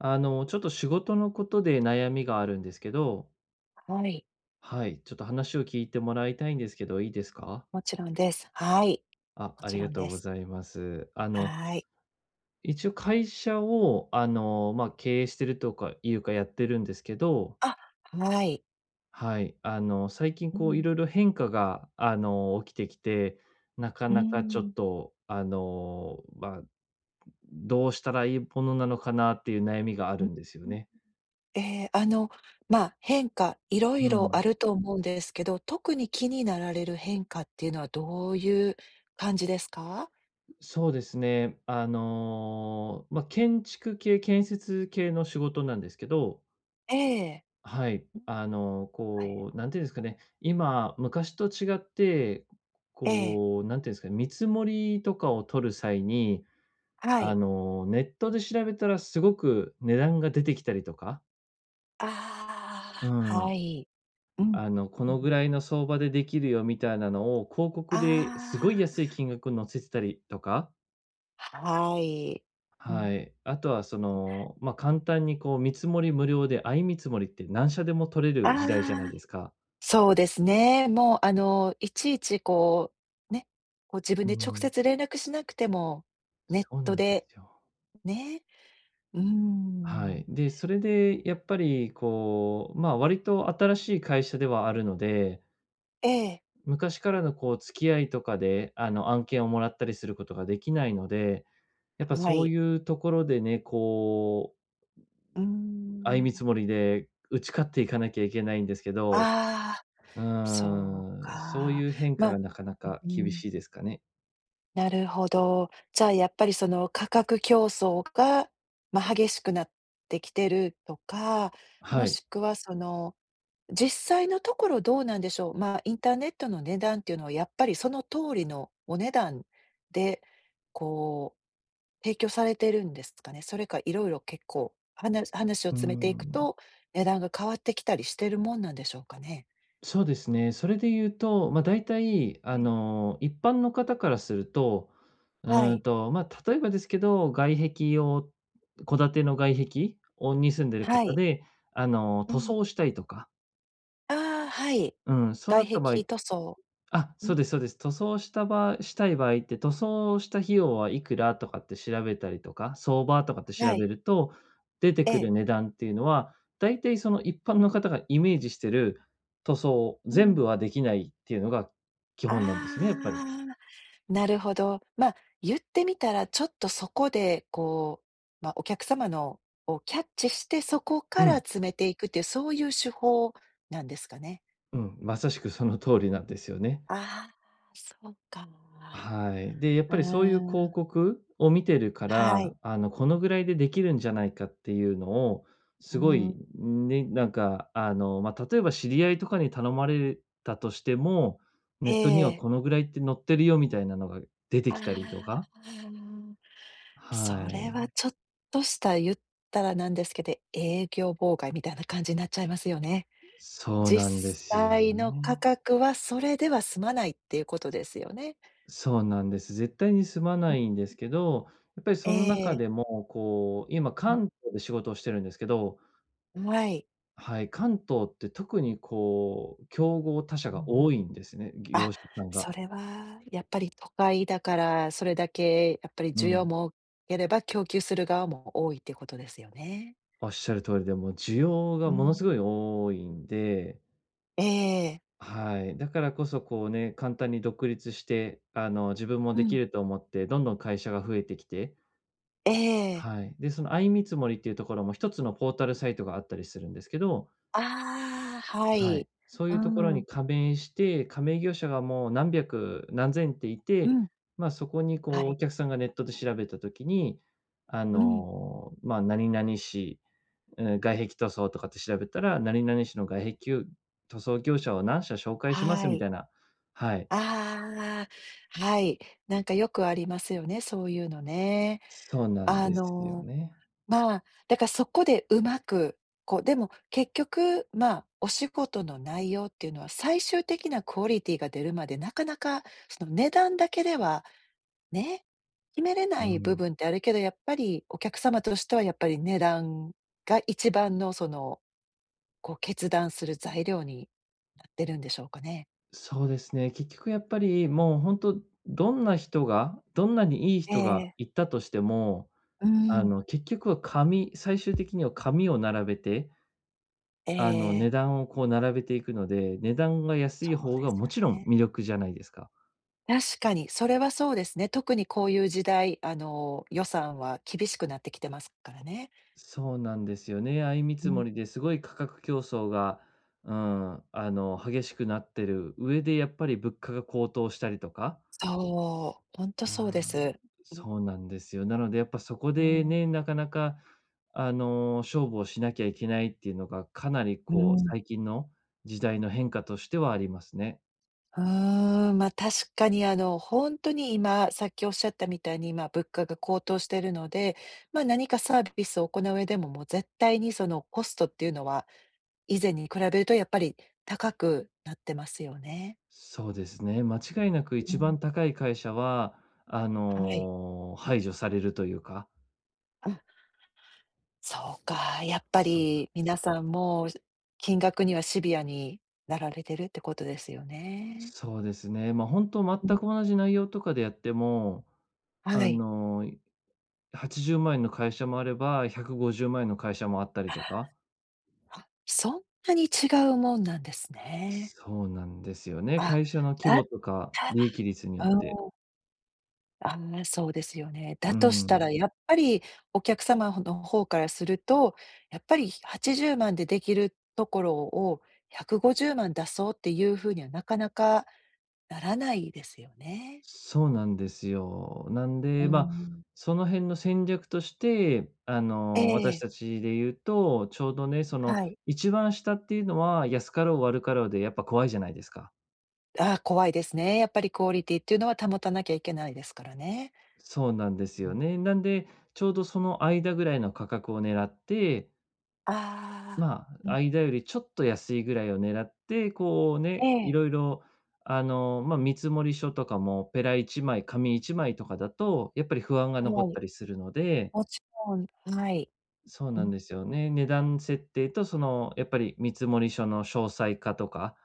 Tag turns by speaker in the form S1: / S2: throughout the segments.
S1: ちょっと仕事のことで悩みがあるんですけど、
S2: はい、
S1: はい、ちょっと話を聞いてもらいたいんですけど、いいですか？
S2: もちろんです。はい。
S1: あ、
S2: も
S1: あ
S2: ち
S1: り
S2: ろ
S1: が
S2: ん
S1: とう
S2: で
S1: ご
S2: す。
S1: ざいます。
S2: はい。
S1: 一応会社を、経営してるとかいうかやってるんですけど、
S2: あ、はい。
S1: はい、最近
S2: う
S1: こうい
S2: ん、
S1: ろいろ変化が、起きてきて、なか
S2: う
S1: なかちょっ
S2: ん、
S1: と、どうしたらいいものなのかなっていう悩みがあ
S2: うん、
S1: るんですよね。
S2: えーあの、まあ、変化、いろい
S1: う
S2: ろあ
S1: ん。
S2: ると思うんですけど、特に気になられる変化っていうのはどういう感じですか？
S1: そうですね。建築系、建設系の仕事なんですけど、
S2: ええ。
S1: はい。
S2: うん、はい。
S1: こう、なんていうんですかね、今、昔と違って、
S2: ええ、
S1: こう、なんていうんですかね、見積もりとかを取る際に、
S2: はい。
S1: ネットで調べたらすごく値段が出てきたりとか、
S2: あ
S1: う
S2: あ、は
S1: ん、
S2: い。うん、
S1: こ
S2: う
S1: の
S2: ん。
S1: ぐらいの相場でできるよみたいなのを、広告ですごい
S2: あ
S1: 安い金額載せてたりとか。
S2: あ、はい。う
S1: は
S2: ん。
S1: い。あとは簡単にこう見積もり無料で、相見積もりって何社でも取れる時代じゃない
S2: ああ。
S1: ですか。
S2: そうですね。もう、あの、いちいちこう、ね、こう自分
S1: う
S2: で直
S1: ん。
S2: 接連絡しなくても、ネッ
S1: そう
S2: ト
S1: なんで
S2: で、
S1: すよ。
S2: ね、うー
S1: は
S2: ん。
S1: い。で、それでやっぱりこう、割と新しい会社ではあるので、
S2: ええ、
S1: 昔からのこう付き合いとかで、案件をもらったりすることができないので、やっぱ
S2: は
S1: そう
S2: い。
S1: いうところでね、こう、
S2: うー
S1: 相見積
S2: ん。
S1: もりで打ち勝っていかなきゃいけないんですけど、
S2: ああ、
S1: う
S2: そう
S1: ーん、そう
S2: か。
S1: いう変化
S2: ま、
S1: が
S2: あ、
S1: なかなか
S2: う
S1: 厳
S2: ん、
S1: しいですかね。
S2: なるほど。じゃあ、やっぱりその価格競争が、まあ、激しくなってきてるとか、も
S1: はい。
S2: しくはその実際のところどうなんでしょう。まあ、インターネットの値段っていうのはやっぱりその通りのお値段で、こう、提供されてるんですかね。それかいろいろ結構、話を
S1: うー
S2: 詰めていく
S1: ん、
S2: と、値段が変わってきたりしてるもんなんでしょうかね？
S1: そうですね。それで言うと、大体、
S2: ええ。
S1: 一般の方からすると、
S2: はい、
S1: 例えばですけど、外壁を戸建ての外壁をに住んでる
S2: は
S1: 方
S2: い。
S1: で、
S2: う
S1: 塗
S2: ん。
S1: 装したいとか、
S2: ああ、はい。
S1: うん、そう
S2: 外
S1: なった場合
S2: 壁
S1: っ
S2: 塗装。
S1: あ、
S2: う
S1: そう
S2: ん、
S1: ですそうです。塗装したばしたい場合って、塗装した費用はいくらとかって調べたりとか、相場とかって調
S2: は
S1: べ
S2: い。
S1: ると、出て
S2: え
S1: くる
S2: え。
S1: 値段っていうのは、だいたいその一般の方がイメージしてる塗装、
S2: う
S1: 全
S2: ん。
S1: 部はできないっていうのが基本なんですよ
S2: あ
S1: ね、やっぱり。
S2: あ。なるほど。まあ、言ってみたら、ちょっとそこで、こう、まあ、お客様のをキャッチして、そこ
S1: う
S2: から
S1: ん、
S2: 詰めていくっていう、そういう手法なんですかね？
S1: うん、まさしくその通りなんですよね。
S2: ああ、そうか。
S1: はい。で、やっ
S2: うー
S1: ぱりそういう広
S2: ん、
S1: 告を見てるか
S2: はい。
S1: ら、このぐらいでできるんじゃないかっていうのを、
S2: う
S1: すごい、
S2: ん。
S1: ね、なんか、例えば知り合いとかに頼まれたとしても、
S2: え
S1: ネットには
S2: え。
S1: このぐらいって載ってるよみたいなのが出て
S2: あ
S1: きたりとか。
S2: あ。そ
S1: は
S2: れは
S1: い。
S2: ちょっとした、言ったらなんですけど、営業妨害みたいな感じになっちゃいますよね。
S1: そうなんで
S2: 実
S1: すよ
S2: 際の価
S1: ね。
S2: 格はそれでは済まないっていうことですよね。
S1: そうなんです。絶対に済まないんですけど、やっぱり
S2: え
S1: その中
S2: え。
S1: でも、こう、今
S2: う
S1: 関東で仕事をしてるんですけど、
S2: ん、はい。
S1: はい、関東って特にこう、競合他
S2: う
S1: 社が
S2: ん。
S1: 多いんですね、
S2: あ、
S1: 業者さんが。
S2: それはやっぱり都会だから、それだけやっぱり
S1: う
S2: 需要
S1: ん。
S2: も多ければ、供給する側も多いってことですよね。
S1: おっしゃる通りで、もう需要が
S2: う
S1: もの
S2: ん。
S1: すごい多いんで、
S2: ええ。
S1: はい。だからこそこうね、簡単に独立して、自分も
S2: う
S1: でき
S2: ん。
S1: ると思って、どんどん会社が増えてきて、
S2: ええ。
S1: はい。で、その相見積もりっていうところも一つのポータルサイトがあったりするんですけど、
S2: ああ、は
S1: は
S2: い。
S1: い。そう
S2: う
S1: いうところ
S2: ん。
S1: に加盟して、加盟業者がもう何百、何千ってい
S2: う
S1: て、
S2: ん。
S1: そこに
S2: は
S1: こうお
S2: い。
S1: 客さんがネットで調べた時に、
S2: うん。
S1: 何々市、うん、外壁塗装とかって調べたら、何々市の外壁塗装業者を何社紹介しま
S2: は
S1: すみ
S2: い。
S1: たいな。はい、
S2: ああ、はい。なんかよくありますよね、そういうのね。
S1: そうなん
S2: あ
S1: ですよ
S2: の、
S1: ね。
S2: まあ、だからそこでうまく、こう、でも結局、まあ、お仕事の内容っていうのは最終的なクオリティが出るまで、なかなかその値段だけではね、決めれな
S1: う
S2: い部
S1: ん。
S2: 分ってあるけど、やっぱりお客様としてはやっぱり値段が一番のその、こう決断する材料になってるんでしょうかね。
S1: そうですね、結局やっぱりもう本当、どんな人が、どんなにいい
S2: え
S1: 人が
S2: え、
S1: 行ったとしても、
S2: うん、
S1: 結局は紙最終的には紙を並べて、
S2: え
S1: 値
S2: え、
S1: 段をこう並べていくので、値段が安
S2: そ
S1: い
S2: う
S1: 方
S2: で
S1: が
S2: す
S1: もちろん
S2: よね。
S1: 魅力じゃないですか。
S2: 確かに、それはそうですね。特にこういう時代、あの、予算は厳しくなってきてますからね。
S1: そうなんですよね。相見
S2: う
S1: 積も
S2: ん。
S1: りですごい価格競争が、うん、激しくなってる上で、やっぱり物価が高騰したりとか。
S2: そう、本当
S1: う
S2: そうで
S1: ん、
S2: す。うん。
S1: そうなんですよ。なのでやっぱそこ
S2: う
S1: で
S2: ん。
S1: ね、なかなか、勝負をしなきゃいけないっていうのが、かなりこう、最近の時代の変化としてはありますね。
S2: うーん、ま、確かにあの、本当に今、さっきおっしゃったみたいに、今物価が高騰しているので、ま、何かサービスを行う上でも、もう絶対にそのコストっていうのは、以前に比べるとやっぱり高くなってますよね。
S1: そうですね。間違いなく
S2: う
S1: 一
S2: ん。
S1: 番高い会社は、
S2: はい。
S1: 排除されるというか。
S2: そうか、やっぱ
S1: そうなん
S2: り
S1: で
S2: 皆
S1: す。
S2: さんもう、金額にはシビアになられてるってことですよね。
S1: そうですね。本当
S2: うん。
S1: 全く同じ内容とかでやっても、
S2: は
S1: あ
S2: い。
S1: の、80万円の会社もあれば、150万円の会社もあったりとか。
S2: あ、そんなに違うもんなんですね。
S1: そうなんですよね。
S2: あ、
S1: 会社の規
S2: だっ
S1: 模とか
S2: た
S1: 利益率によ
S2: ら
S1: っ
S2: うん、
S1: て。
S2: あそうですよね。
S1: う
S2: だとしたら
S1: ん。
S2: やっぱりお客様の方からすると、やっぱり80万でできるところを150万出そうっていう風にはなかなかならないですよね。
S1: そうなんですよ。なん
S2: う
S1: で、
S2: ん。
S1: その辺の戦略として、
S2: え
S1: 私
S2: え、
S1: たちで言うと、ちょうどね、その、
S2: はい。
S1: 一番下っていうのは、安かろう悪かろうでやっぱ怖いじゃないですか。
S2: ああ、怖いですね。やっぱりクオリティっていうのは保たなきゃいけないですからね。
S1: そうなんです
S2: う
S1: よ
S2: ん。
S1: ね。なんで、ちょうどその間ぐらいの価格を狙って、
S2: ああ。うん。
S1: 間よりちょっと安いぐらいを狙って、こう
S2: え
S1: ね、い
S2: え、
S1: ろいろ、見積書とかもペラ1枚、紙1枚とかだと、やっぱり不安が
S2: は
S1: 残っ
S2: い。
S1: たりするので、
S2: もちろん、はい。
S1: そう
S2: う
S1: なん
S2: ん。
S1: ですよね。値段設定とやっぱり見積書の詳細化とか、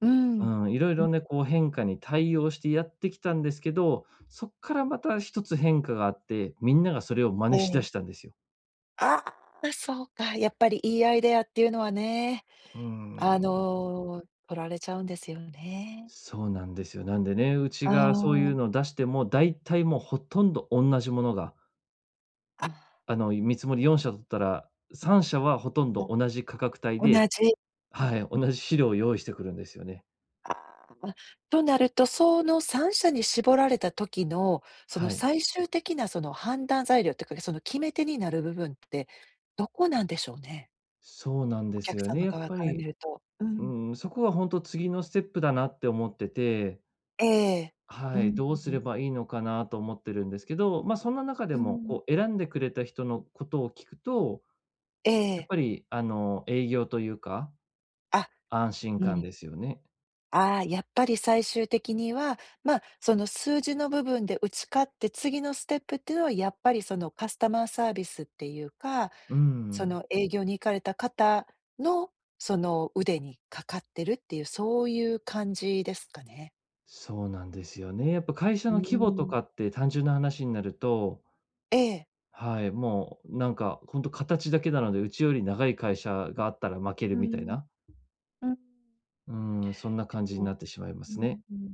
S2: うん。
S1: うん、いろい
S2: うん、
S1: ろね、こう変化に対応してやってきたんですけど、そっからまた一つ変化があって、みんながそれを真
S2: え
S1: 似しだし
S2: え。
S1: たんですよ。
S2: ああ、そうか。やっぱりいいアイデアっていうのはね、
S1: うー
S2: あ
S1: ん。
S2: の、取られちゃうんですよね。
S1: そうなんですよ。なんでね、うち
S2: あ
S1: がそういうのを
S2: あ、
S1: 出しても、大体もうほとんど同じものが、見積もり4社取ったら、3社はほとんど
S2: あ、
S1: 同じ価格帯
S2: お同
S1: で、
S2: じ。
S1: はい、同じ資料を用意してくるんですよね。
S2: ああ、となると、その3者に絞られた時の、その
S1: はい。
S2: 最終的なその判断材料っていうか、その決め手になる部分って、どこなんでしょうね？
S1: そうなん
S2: お
S1: です
S2: 客
S1: よね。
S2: 様
S1: やっ
S2: 側
S1: ぱ
S2: から見
S1: り、
S2: ると。うん。
S1: うん、そこは本当次のステップだなって思ってて、
S2: ええ。う
S1: はい、どうすれ
S2: ん、
S1: ばいいのかなと思ってるんですけど、そんな中で
S2: う
S1: も、
S2: ん。
S1: こう選んでくれた人のことを聞くと、
S2: え
S1: やっ
S2: え。
S1: ぱり営業というか、
S2: あ、
S1: 安心
S2: う
S1: 感
S2: ん。
S1: ですよね。
S2: ああ、やっぱり最終的には、まあ、その数字の部分で打ち勝って、次のステップっていうのはやっぱりそのカスタマーサービスっていうか
S1: う
S2: そ
S1: ん、
S2: の営業に行かれた方の、その腕にかかってるっていう、そういう感じですかね。
S1: そうなんですよね。やっぱ会社
S2: うー
S1: の規模と
S2: ん。
S1: かって単純な話になると、
S2: ええ。
S1: はい、もうなんか本当形だけなので、うちより長い会社があったら負け
S2: う
S1: るみたい
S2: ん、
S1: な、
S2: うん。
S1: うん、そんな
S2: で
S1: 感じに
S2: も
S1: なってしまいま
S2: う
S1: す
S2: ん、
S1: ね。
S2: うん。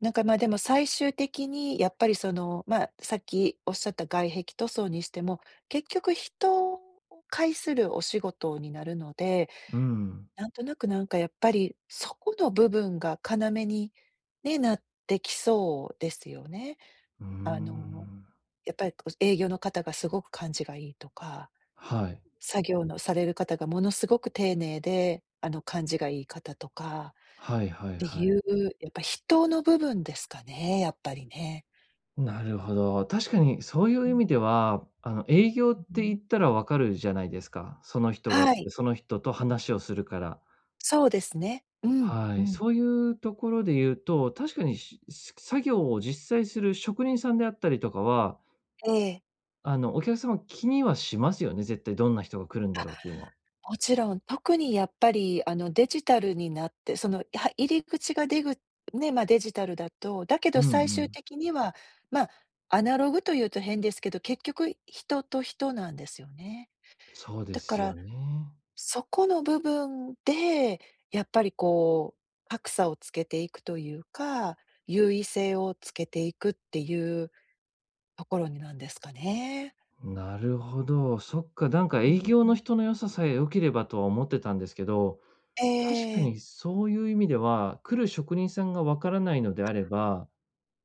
S2: なんか、ま、でも最終的にやっぱりその、ま、さっきおっしゃった外壁塗装にしても、結局人を介するお仕事になるので、
S1: うん、
S2: なんとなくなんかやっぱり、そこの部分が要にね、なってきそうですよね。
S1: うー
S2: あの
S1: ん。
S2: やっぱりこう営業の方がすごく感じがいいとか、
S1: はい。
S2: 作業のされる方がものすごく丁寧で、あの、感じがいい方とか
S1: はいは
S2: っ
S1: い
S2: て
S1: は
S2: い
S1: い。
S2: う、やっぱ人の部分ですかね、やっぱりね。
S1: なるほど。確かにそうい
S2: う
S1: う意
S2: ん、
S1: 味では、営業っ
S2: う
S1: て
S2: ん。
S1: 言ったらわかるじゃないですか。その人が
S2: は
S1: 来
S2: い、
S1: て、その人と話をするから。
S2: そうですね。うん、
S1: は
S2: う
S1: い。
S2: ん。
S1: そういうところで言うと、確かに作業を実際する職人さんであったりとかは、
S2: ええ、
S1: お客様気にはしますよね、絶対どんな人が来るんだろうっていうのは。
S2: もちろん、特にやっぱりあの、デジタルになって、その、は入り口がでぐね、ま、デジタルだと、だけど
S1: うん
S2: 最
S1: う
S2: 終
S1: ん。
S2: 的には、ま、アナログというと変ですけど、結局人と人なんですよね。
S1: そうで
S2: だか
S1: す
S2: ら、
S1: よね。
S2: そこの部分で、やっぱりこう、格差をつけていくというか、優位性をつけていくっていうところになんですかね。
S1: なるほど。そっか、なんか
S2: う
S1: 営業
S2: ん。
S1: の人の良ささえ良ければとは思ってたんですけど、
S2: え
S1: 確か
S2: え、
S1: にそういう意味では、来る職人さんがわからないのであれば、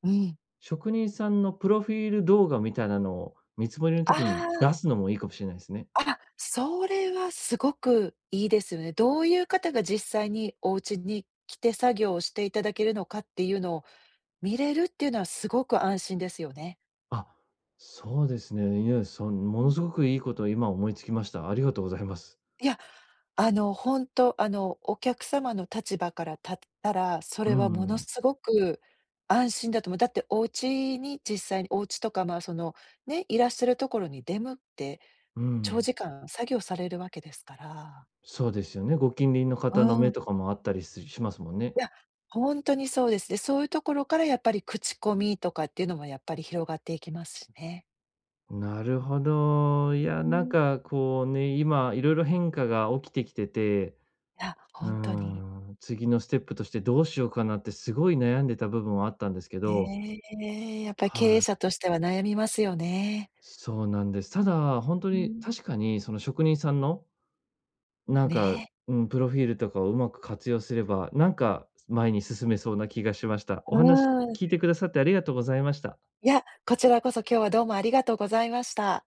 S2: うん。
S1: 職人さんのプロフィール動画みたいなのを見積もりの時に
S2: あ
S1: 出すのもいいかもしれないですね。
S2: あ、あ、それはすごくいいですよね。どういう方が実際にお家に来て作業をしていただけるのかっていうのを見れるっていうのはすごく安心ですよね。
S1: あ、そうですね。いや、
S2: う
S1: もの
S2: ん
S1: すごくいいことを今思いつきました。ありがとうございます。
S2: いや、あの、本当あの、お客様の立場から立ったら、そ
S1: う
S2: れはも
S1: ん
S2: の
S1: うん。
S2: すごく安心だと思う。だってお家に実際にお家とか、まあ、その、ね、いらっしゃるところに出向って、
S1: う
S2: 長
S1: ん。
S2: 時間作業されるわけですから。
S1: そうですよね。ご近隣の方の
S2: う
S1: 目
S2: ん。
S1: とかもあったりすしますもんね。
S2: いや、本当にそうですね。そういうところからやっぱり口コミとかっていうのもやっぱり広がっていきますしね。
S1: なるほど。いや、
S2: う
S1: なん
S2: ん。
S1: かこうね、今いろいろ変化が起きてきてて、
S2: いや、
S1: うー
S2: 本当に。
S1: ん、次のステップとしてどうしようかなってすごい悩んでた部分はあったんですけど、
S2: ねえ、やっぱり経営
S1: はい。
S2: 者としては悩みますよね。
S1: そうなんです。ただ、本当
S2: う
S1: に
S2: ん。
S1: 確かにその職人さんの、なんか、
S2: ねえ。
S1: うん、プロフィールとかをうまく活用すれば、なんか前に進めそうな気がしました。
S2: う
S1: お話
S2: ーん。
S1: 聞いてくださってありがとうございました。
S2: いや、こちらこそ今日はどうもありがとうございました。